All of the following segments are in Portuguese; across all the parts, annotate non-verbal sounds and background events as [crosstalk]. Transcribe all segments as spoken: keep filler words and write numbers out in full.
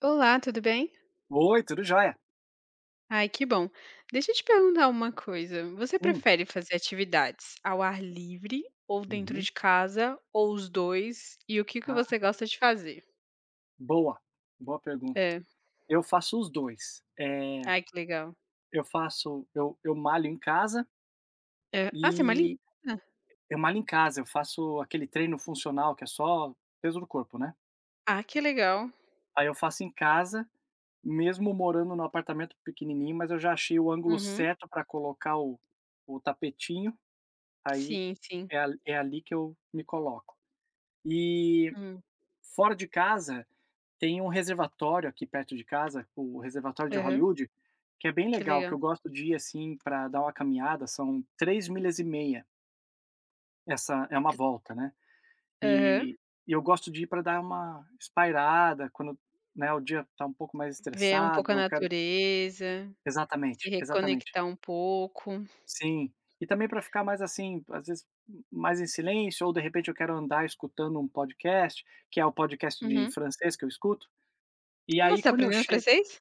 Olá, tudo bem? Oi, tudo jóia. Ai, que bom. Deixa eu te perguntar uma coisa. Você Hum. prefere fazer atividades ao ar livre ou dentro Uhum. de casa, ou os dois? E o que que você Ah, gosta de fazer? boa, boa pergunta. É. Eu faço os dois. Eh, Ai, que legal. eu faço eu eu malho em casa É. Ah, você é e malindrada? eu malho em casa, eu faço aquele treino funcional que é só peso do corpo, né. Ah, que legal. Aí eu faço em casa, mesmo morando num apartamento pequenininho, mas eu já achei o ângulo Uhum. certo para colocar o o tapetinho, aí Sim, sim. é ali é ali que eu me coloco. E Hum. fora de casa, tem um reservatório aqui perto de casa, o reservatório de Aham. Hollywood, que é bem Que legal, que legal. eu gosto de ir, assim, para dar uma caminhada, são três milhas e meia, essa é uma volta, né. Aham. E e eu gosto de ir para dar uma espairada quando, né, o dia tá um pouco mais Ver um pouco estressado, a eu quero. natureza, se Exatamente, exatamente. reconectar um pouco. Sim. E também para ficar mais, assim, às vezes, mais em silêncio ou, de repente, eu quero andar escutando um podcast, que é o podcast de Uhum. francês que eu escuto, e Ah, você aí está quando eu aprendendo chego. francês?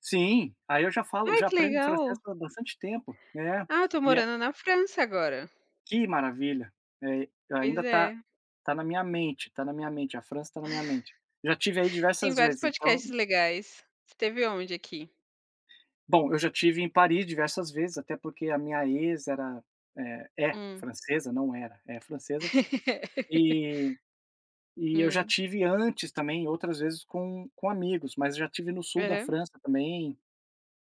Sim, aí eu já falo Ai, já que aprendo francês legal. há bastante tempo, né. Ah, eu tô E a morando na França agora. Que maravilha. Eh, Pois Ainda tá é. tá na minha mente, tá na minha mente, a França tá na minha mente. Já tive aí Tem diversas vários vezes, então, podcasts legais. Você teve onde aqui? bom, eu já tive em Paris diversas vezes, até porque a minha ex era, eh, é Hum. francesa, não era, é francesa, [laughs] e e eu já Hum. tive antes também outras vezes com com amigos, mas já tive no sul da Aham. França também,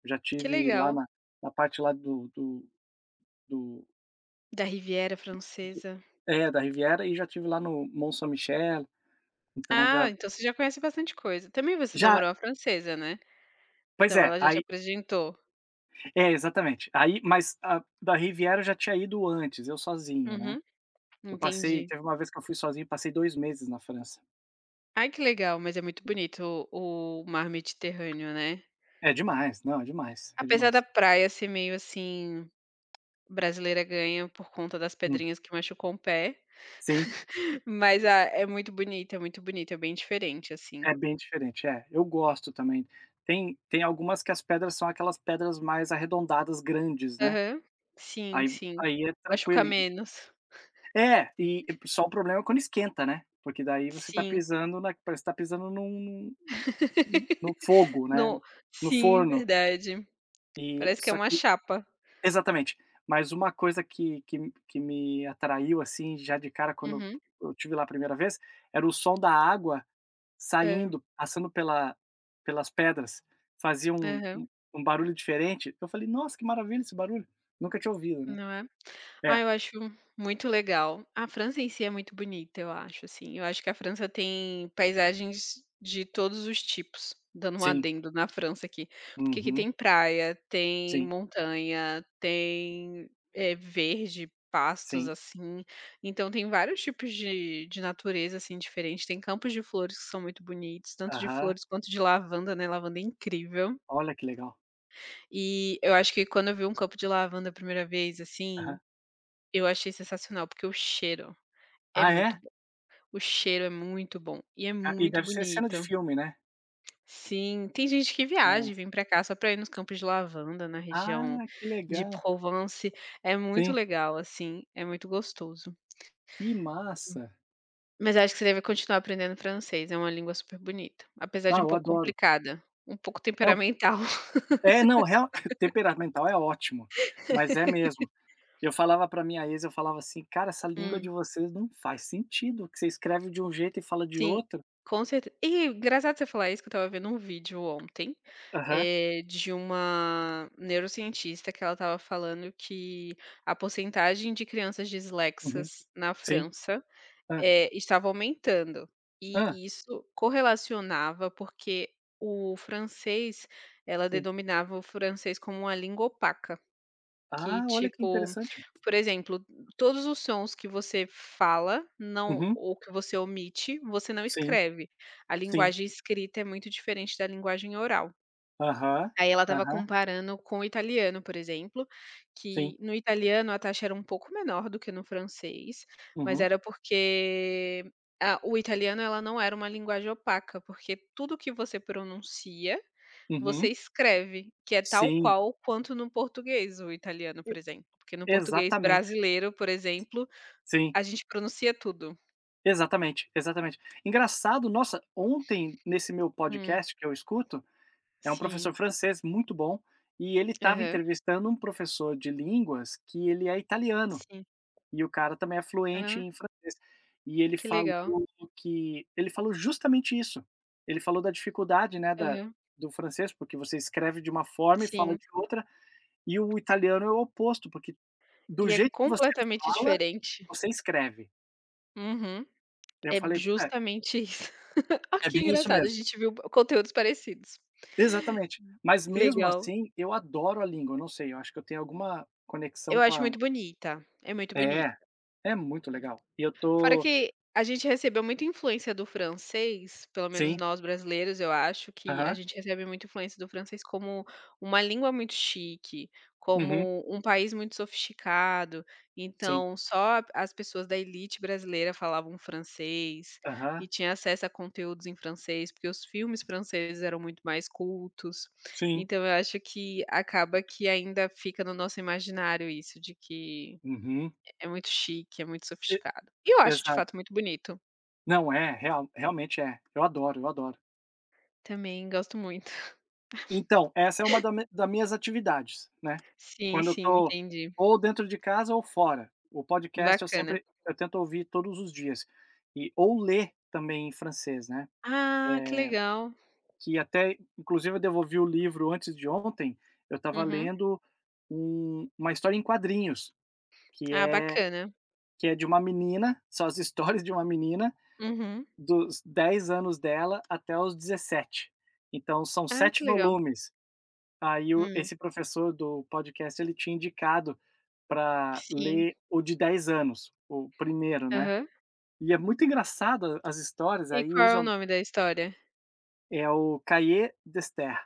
já Que tive lá legal. na na parte lá do do do. Da Riviera Francesa. É, da Riviera e já tive lá no Mont Saint-Michel, então Ah, já então você já conhece bastante coisa. Também você já. namorou uma francesa, né? Pois Então é, ela já te aí apresentou. é, exatamente. Aí mas a da Riviera eu já tinha ido antes, eu sozinho, né. Uhum. Eu passei Entendi. Teve uma vez que eu fui sozinho, passei dois meses na França. Ai, que legal, mas é muito bonito o o mar Mediterrâneo, né? É demais, não, é demais, é Apesar da demais. praia ser meio assim, brasileira ganha por conta das Hum. pedrinhas que machucou o pé. Sim, [laughs] Mas a é muito bonito, é muito bonito, é bem diferente, assim. é bem diferente, é. Eu gosto também. Tem tem algumas que as pedras são aquelas pedras mais arredondadas, grandes, né, Aham. Sim, aí sim. aí é Machuca tranquilo. menos. É, e só o problema é quando esquenta, né, porque daí você tá Sim. pisando na parece que tá pisando num num no fogo, [laughs] né, Não. no Sim, forno, verdade. e Parece que é só uma que. chapa. Exatamente. Mas uma coisa que que que me atraiu, assim, já de cara quando Uhum. eu tive lá a primeira vez, era o som da água É. saindo, passando pela pelas pedras, fazia um Aham. um um barulho diferente. Eu falei: "Nossa, que maravilha esse barulho", nunca tinha ouvido, né. Não é? Ah, É, eu acho muito legal. A França em si é muito bonita, eu acho, assim. Eu acho que a França tem paisagens de todos os tipos, dando um sim. adendo na França aqui. Porque aqui Uhum. tem praia, tem Sim, montanha, tem, eh, verde, pastos, sim. assim. Então tem vários tipos de de natureza, assim, diferente. Tem campos de flores que são muito bonitos, tanto de Aham. flores quanto de lavanda, né, lavanda é incrível. Olha que legal. E eu acho que quando eu vi um campo de lavanda a primeira vez, assim, Aham. eu achei sensacional, porque o cheiro é Ah, muito é? bom. O cheiro é muito bom e é Ah, e muito deve ser cena de bonito. filme, né? Sim, tem gente que viaja e Nossa. vem pra cá só pra ir nos campos de lavanda, na Ah, região que de legal. Provence. É muito Sim. legal, assim, é muito gostoso. Que massa. Mas acho que você deve continuar aprendendo francês, é uma língua super bonita, apesar de Ah, um eu pouco adoro. complicada, um pouco É o temperamental. É, não, real [laughs] temperamental é ótimo, mas é mesmo. Eu falava pra minha ex, eu falava assim: "Cara, essa língua de [laughs] vocês não faz sentido, que você escreve de um jeito e fala de Sim, outro". com certeza. E engraçado você falar isso, que eu estava vendo um vídeo ontem, Aham. eh, de uma neurocientista que ela estava falando que a porcentagem de crianças Uhum. dislexas na Sim. França, Ah. eh, estava aumentando. Ah. E isso correlacionava porque o francês, ela Sim. denominava o francês como uma língua opaca. Que Ah, olha que tipo, interessante. por exemplo, todos os sons que você fala, não, Uhum. ou que você omite, você não Sim, escreve. A sim. linguagem escrita é muito diferente da linguagem oral. Aham. Aí ela estava Aham. comparando com o italiano, por exemplo, que Sim. no italiano a taxa era um pouco menor do que no francês, mas Uhum. era porque a o italiano, ela não era uma linguagem opaca, porque tudo que você pronuncia você Uhum. escreve, que é tal Sim. qual quanto no português, o italiano, por exemplo. Porque no português Exatamente. brasileiro, por exemplo, Sim, a gente pronuncia tudo. exatamente, exatamente. Engraçado, nossa, ontem nesse meu Hum, podcast que eu escuto, é um sim. professor francês muito bom, e ele estava Aham. entrevistando um professor de línguas que ele é italiano, Sim. e o cara também é fluente Ah, em francês. E ele que falou legal. que ele falou justamente isso. Ele falou da dificuldade, né, da Aham. do francês, porque você escreve de uma forma e fala Sim. de outra, e o italiano é o oposto, porque do E é jeito que você completamente fala, diferente. você escreve. Uhum. Eu É falei: "Ué." justamente isso. [laughs] Ah, É que bem isso engraçado, a mesmo. gente viu conteúdos parecidos. Exatamente. Mas mesmo Legal. assim, eu adoro a língua, eu não sei, eu acho que eu tenho alguma Eu conexão com acho a. muito bonita, é muito É, bonita. é muito legal. E eu Fora tô. que a gente recebeu muita influência do francês, pelo menos Sim, nós brasileiros, eu acho que a aham, gente recebe muita influência do francês como uma língua muito chique, uhum, como um país muito sofisticado. sim, Então, só as pessoas da elite brasileira falavam francês aham, e tinha acesso a conteúdos em francês, porque os filmes franceses eram muito mais cultos. sim, Então, eu acho que acaba que ainda fica no nosso imaginário isso de que uhum, é muito chique, é muito e sofisticado. E eu acho de fato exato. muito bonito. Não, é, real realmente é. Eu adoro, eu adoro. Também gosto muito. [laughs] Então, essa é uma da me da minhas atividades, né. Sim, Quando eu sim, tô entendi. ou dentro de casa ou fora. O podcast eu Bacana. sempre eu tento ouvir todos os dias. E ou ler também em francês, né, Ah, que legal. que até, inclusive, eu devolvi o livro antes de ontem. Eu estava Uhum. lendo um, uma história em quadrinhos, que Ah, é, bacana. que é de uma menina, [laughs] são as histórias de uma menina, Uhum. dos dez anos dela até os dezessete. Então, são Ah, que sete legal. volumes. Aí, o, Hum, esse professor do podcast ele tinha indicado para sim. ler o de dez anos, o primeiro, né? Aham. E é muito engraçado as histórias, E aí qual é usa. o nome da história? É o Cahiers d'Esther,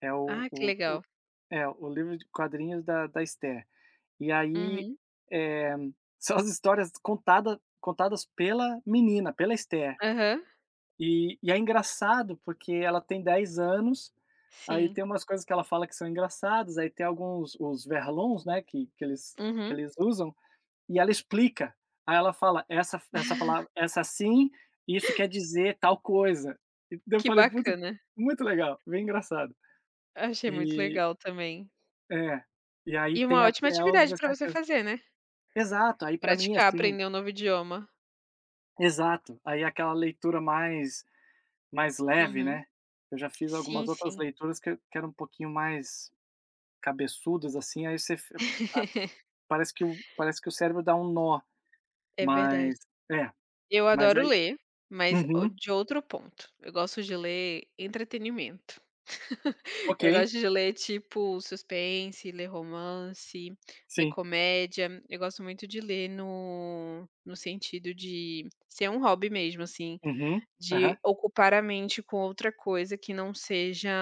é o, Ah, que o, legal. É, o livro de quadrinhos da da Esther. E aí, Uhum. eh, [laughs] são as histórias contada contadas pela menina, pela Esther. Aham. E e é engraçado, porque ela tem dez anos, aí Sim. tem umas coisas que ela fala que são engraçadas, aí tem alguns os verlons, né, que que eles que Uhum. eles usam, e ela explica. Aí ela fala: "Essa essa palavra essa assim, isso quer dizer tal coisa". E daí eu Que falei: "Puta, que bacana. muito legal, bem engraçado". Achei muito E legal também. É, e aí E uma tem ótima até os atividade para você dezessete anos. fazer, né. Exato, aí pra mim, Praticar, assim, aprender um novo idioma. exato, aí é aquela leitura mais mais leve, Uhum. né. Eu já fiz Sim, algumas outras sim. leituras que que eram um pouquinho mais cabeçudas, assim, aí você fi [laughs] parece que o parece que o cérebro dá um nó, É verdade. mas é, Eu mas adoro aí. ler, mas o Uhum, de outro ponto. Eu gosto de ler entretenimento. [laughs] ok, Eu gosto de ler, tipo, suspense, ler romance, ler sim, comédia. Eu gosto muito de ler no no sentido de ser um hobby mesmo, assim, uhum, aham, de ocupar a mente com outra coisa que não seja,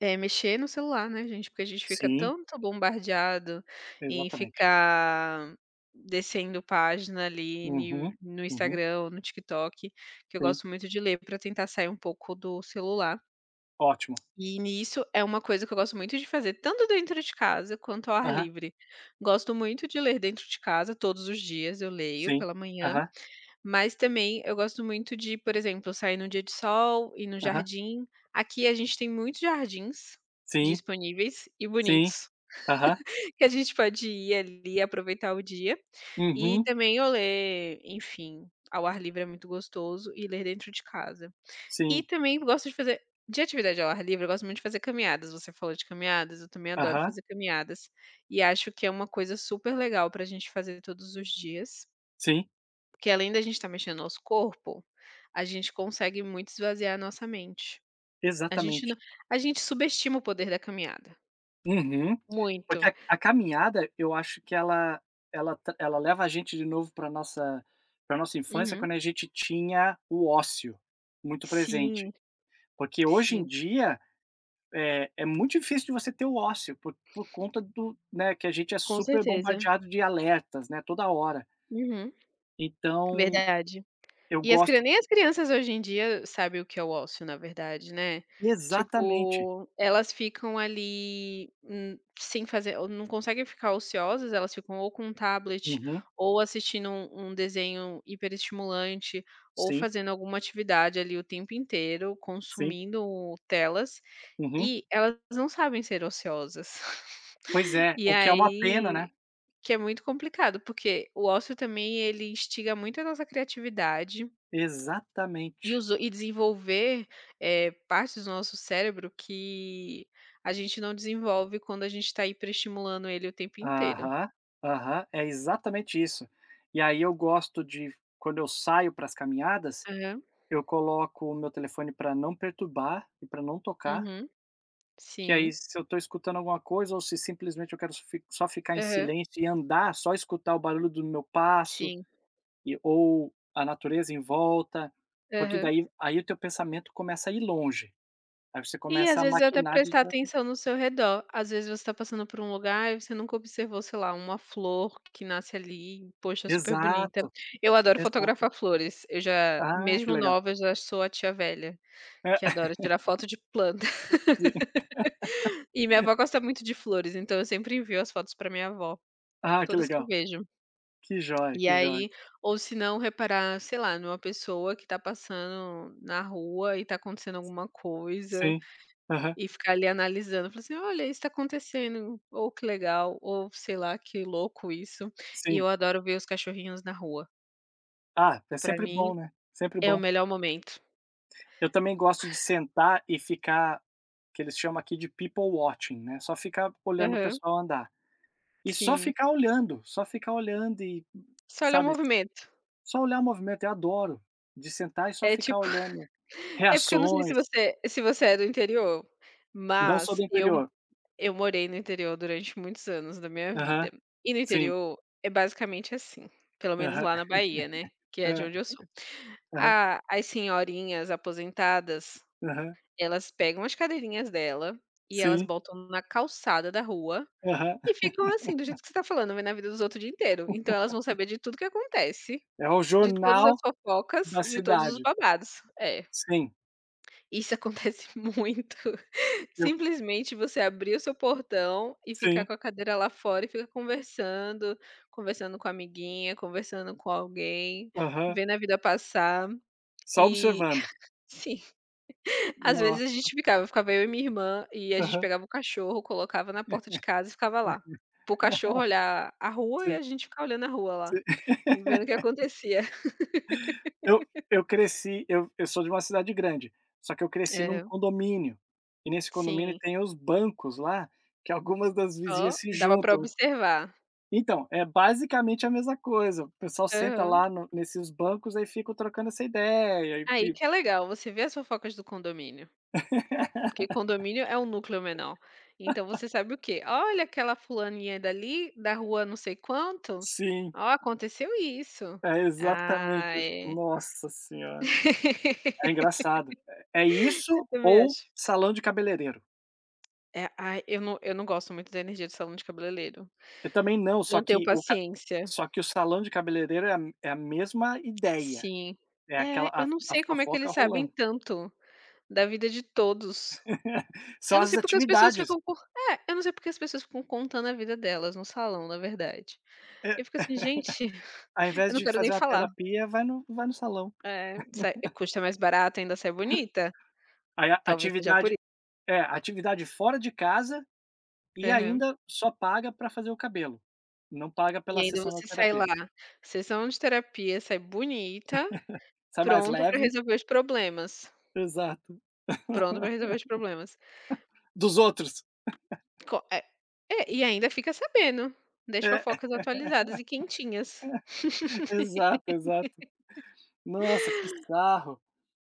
é, mexer no celular, né, gente, porque a gente fica sim, tanto bombardeado em exatamente. ficar descendo página ali ni Uhum, no uhum, Instagram ou no TikTok, que eu sim, gosto muito de ler para tentar sair um pouco do celular. ótimo, E nisso é uma coisa que eu gosto muito de fazer, tanto dentro de casa quanto ao ar aham, livre. Gosto muito de ler dentro de casa, todos os dias eu leio sim, pela manhã. aham, Mas também eu gosto muito de, por exemplo, sair num dia de sol, ir no aham, jardim. Aqui a gente tem muitos jardins sim, disponíveis e sim, bonitos, aham, [laughs] que a gente pode ir ali e aproveitar o dia. E uhum. também eu ler, enfim, ao ar livre é muito gostoso, e ler dentro de casa. E Sim. também gosto de fazer de atividade ao ar livre, eu gosto muito de fazer caminhadas. Você falou de caminhadas, eu também adoro Aham. fazer caminhadas e acho que é uma coisa super legal para a gente fazer todos os dias. Sim, Porque além da gente estar mexendo nosso corpo, a gente consegue muito esvaziar a nossa mente. A gente exatamente. não, a gente subestima o poder da caminhada, Uhum. Porque muito. a a caminhada, eu acho que ela ela tra ela leva a gente de novo para nossa para nossa infância, Uhum. quando a gente tinha o ócio muito Sim, presente. Porque hoje em sim, dia, é é muito difícil de você ter o ócio por por conta do né, que a gente é com super certeza. bombardeado de alertas, né, toda hora. Uhum, Então, verdade. eu E as cri gosto. nem as crianças hoje em dia sabem o que é o ócio, na verdade, né. Exatamente. Tipo, elas ficam ali, hum, sem fazer, ou não conseguem ficar ociosas, elas ficam ou com um tablet, Uhum. ou assistindo um um desenho hiperestimulante, ou Sim, fazendo alguma atividade ali o tempo inteiro, sim. consumindo telas, Uhum. e elas não sabem ser ociosas. Pois [laughs] é, E o que é uma pena, aí né? que é muito complicado, porque o ócio também ele instiga muito a nossa criatividade e Exatamente. uso, e desenvolver, eh, partes do nosso cérebro que a gente não desenvolve quando a gente tá hiperestimulando ele o tempo inteiro. Aham, aham, é exatamente isso. E aí eu gosto de quando eu saio para as caminhadas, Aham. eu coloco o meu telefone para não perturbar e para não tocar, Uhum. que aí Sim. se eu estou escutando alguma coisa ou se simplesmente eu quero só fi só ficar em Aham. silêncio e andar, só escutar o barulho do meu passo Sim. e ou a natureza em volta, porque Aham. daí aí o teu pensamento começa a ir longe, aí você E às começa a vezes até maquinar de prestar diversas. atenção no seu redor. Às vezes você está passando por um lugar e você nunca observou, sei lá, uma flor que nasce ali, poxa, super bonita. Exato, Eu adoro exato. fotografar flores. Eu já Ah, que mesmo legal. nova, eu já sou a tia velha, que adora tirar foto de planta. [laughs] E minha avó gosta muito de flores, então eu sempre envio as fotos pra minha avó, Ah, que todas que eu legal. vejo. Que joia, E que joia. aí, ou se não, reparar, sei lá, numa pessoa que tá passando na rua e tá acontecendo alguma coisa, Sim. Aham. e ficar ali analisando, falar assim: "Olha, isso tá acontecendo, ou que legal, ou sei lá, que louco isso". E Sim. eu adoro ver os cachorrinhos na rua. Ah, é Pra sempre mim bom, né, sempre é o bom. melhor momento. Eu também gosto de sentar e ficar que eles chamam aqui de people watching, né, só ficar olhando o Aham, pessoal andar. E só sim. ficar olhando, só ficar olhando e, Só olhar o sabe, movimento. só olhar o movimento, eu adoro, de sentar e só É ficar tipo olhando [laughs] é porque eu não sei se reações. você se você é do interior, Não sou mas do eu. interior. Eu morei no interior durante muitos anos da minha Aham, vida. E no sim. interior é basicamente assim, pelo menos Aham. lá na [laughs] Bahia, né, que é de Hã. onde eu sou. Aham, A as senhorinhas aposentadas, aham. elas pegam as cadeirinhas dela e elas Sim. botam na calçada da rua Aham. e ficam assim, do jeito que você tá falando, vendo a vida dos outros o dia inteiro. Então elas vão saber de tudo que acontece, É o de todas as jornal fofocas, da de todos os cidade. babados. É, Sim. isso acontece [laughs] muito. Eu Simplesmente você abrir o seu portão e ficar Sim, com a cadeira lá fora e ficar conversando, conversando com a amiguinha, conversando com alguém, aham. vendo a vida passar, Só e observando. [laughs] sim, às vezes a Nossa. gente ficava ficava eu e minha irmã, e a gente Aham. pegava o cachorro, colocava na porta de casa e ficava lá, pro cachorro [laughs] olhar a rua, e Sim, a gente ficava olhando a rua lá, sim. vendo o que acontecia. [laughs] Eu eu cresci eu eu sou de uma cidade grande, só que eu cresci num É, condomínio, e nesse condomínio sim. tem os bancos lá, que algumas das vizinhas Ó, se dava para juntam. observar. Então, é basicamente a mesma coisa, o pessoal senta Aham. lá no nesses bancos, aí ficam trocando essa ideia e Aí e que é legal, você vê as fofocas do condomínio. Porque condomínio é um núcleo menor. Então você sabe o quê? "Olha, aquela fulaninha dali, da rua não sei quanto, sim, ó, aconteceu isso". é exatamente. Ah, é. Nossa senhora, [laughs] é engraçado. É é Eu isso também ou acho. salão de cabeleireiro. É, ai, eu não eu não gosto muito da energia do salão de cabeleireiro. Eu também não, só Não tenho que o ca paciência. só que o salão de cabeleireiro é a é a mesma ideia, Sim. é É, aquela eu a não a sei como é que fofoca eles sabem rolando. tanto da vida de todos. [laughs] São Eu não as sei porque as pessoas atividades, ficam co é, eu não sei porque as pessoas ficam contando a vida delas no salão, na verdade. eh, Eu fico assim: "Gente, ao [laughs] eu invés não de quero nem fazer uma falar". terapia, vai no vai no salão. É, sai custa mais barato, ainda sai bonita, Aí a talvez seja por atividade isso. é, atividade fora de casa e Aham. ainda só paga para fazer o cabelo, não paga E pela ainda sessão da você sai lá, terapia. sessão de terapia, sai bonita, Sai mais pronta pra leve. resolver os problemas, Exato. pronta pra resolver os problemas. Dos outros. Co é é, e ainda fica sabendo das É, fofocas atualizadas e quentinhas. [laughs] [laughs] exato, exato. Nossa, que sarro.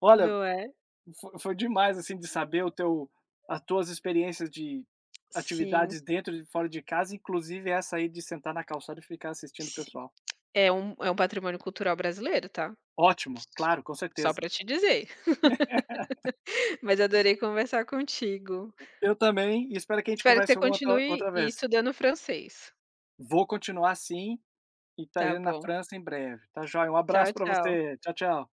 Olha, Não é? Fo foi demais, assim, de saber o teu as tuas experiências de Sim, atividades dentro e fora de casa, inclusive essa aí de sentar na calçada e ficar assistindo o sim. pessoal. É um é um patrimônio cultural brasileiro, tá? Ótimo, claro, com Só certeza. pra te dizer. [laughs] Mas adorei conversar contigo. Eu também, e espero que a gente Espero que você converse outra continue outra vez. estudando francês. Vou continuar assim e Tá estarei na bom. França em breve. Tá joia, um Tchau, abraço para tchau. você. Tchau, tchau.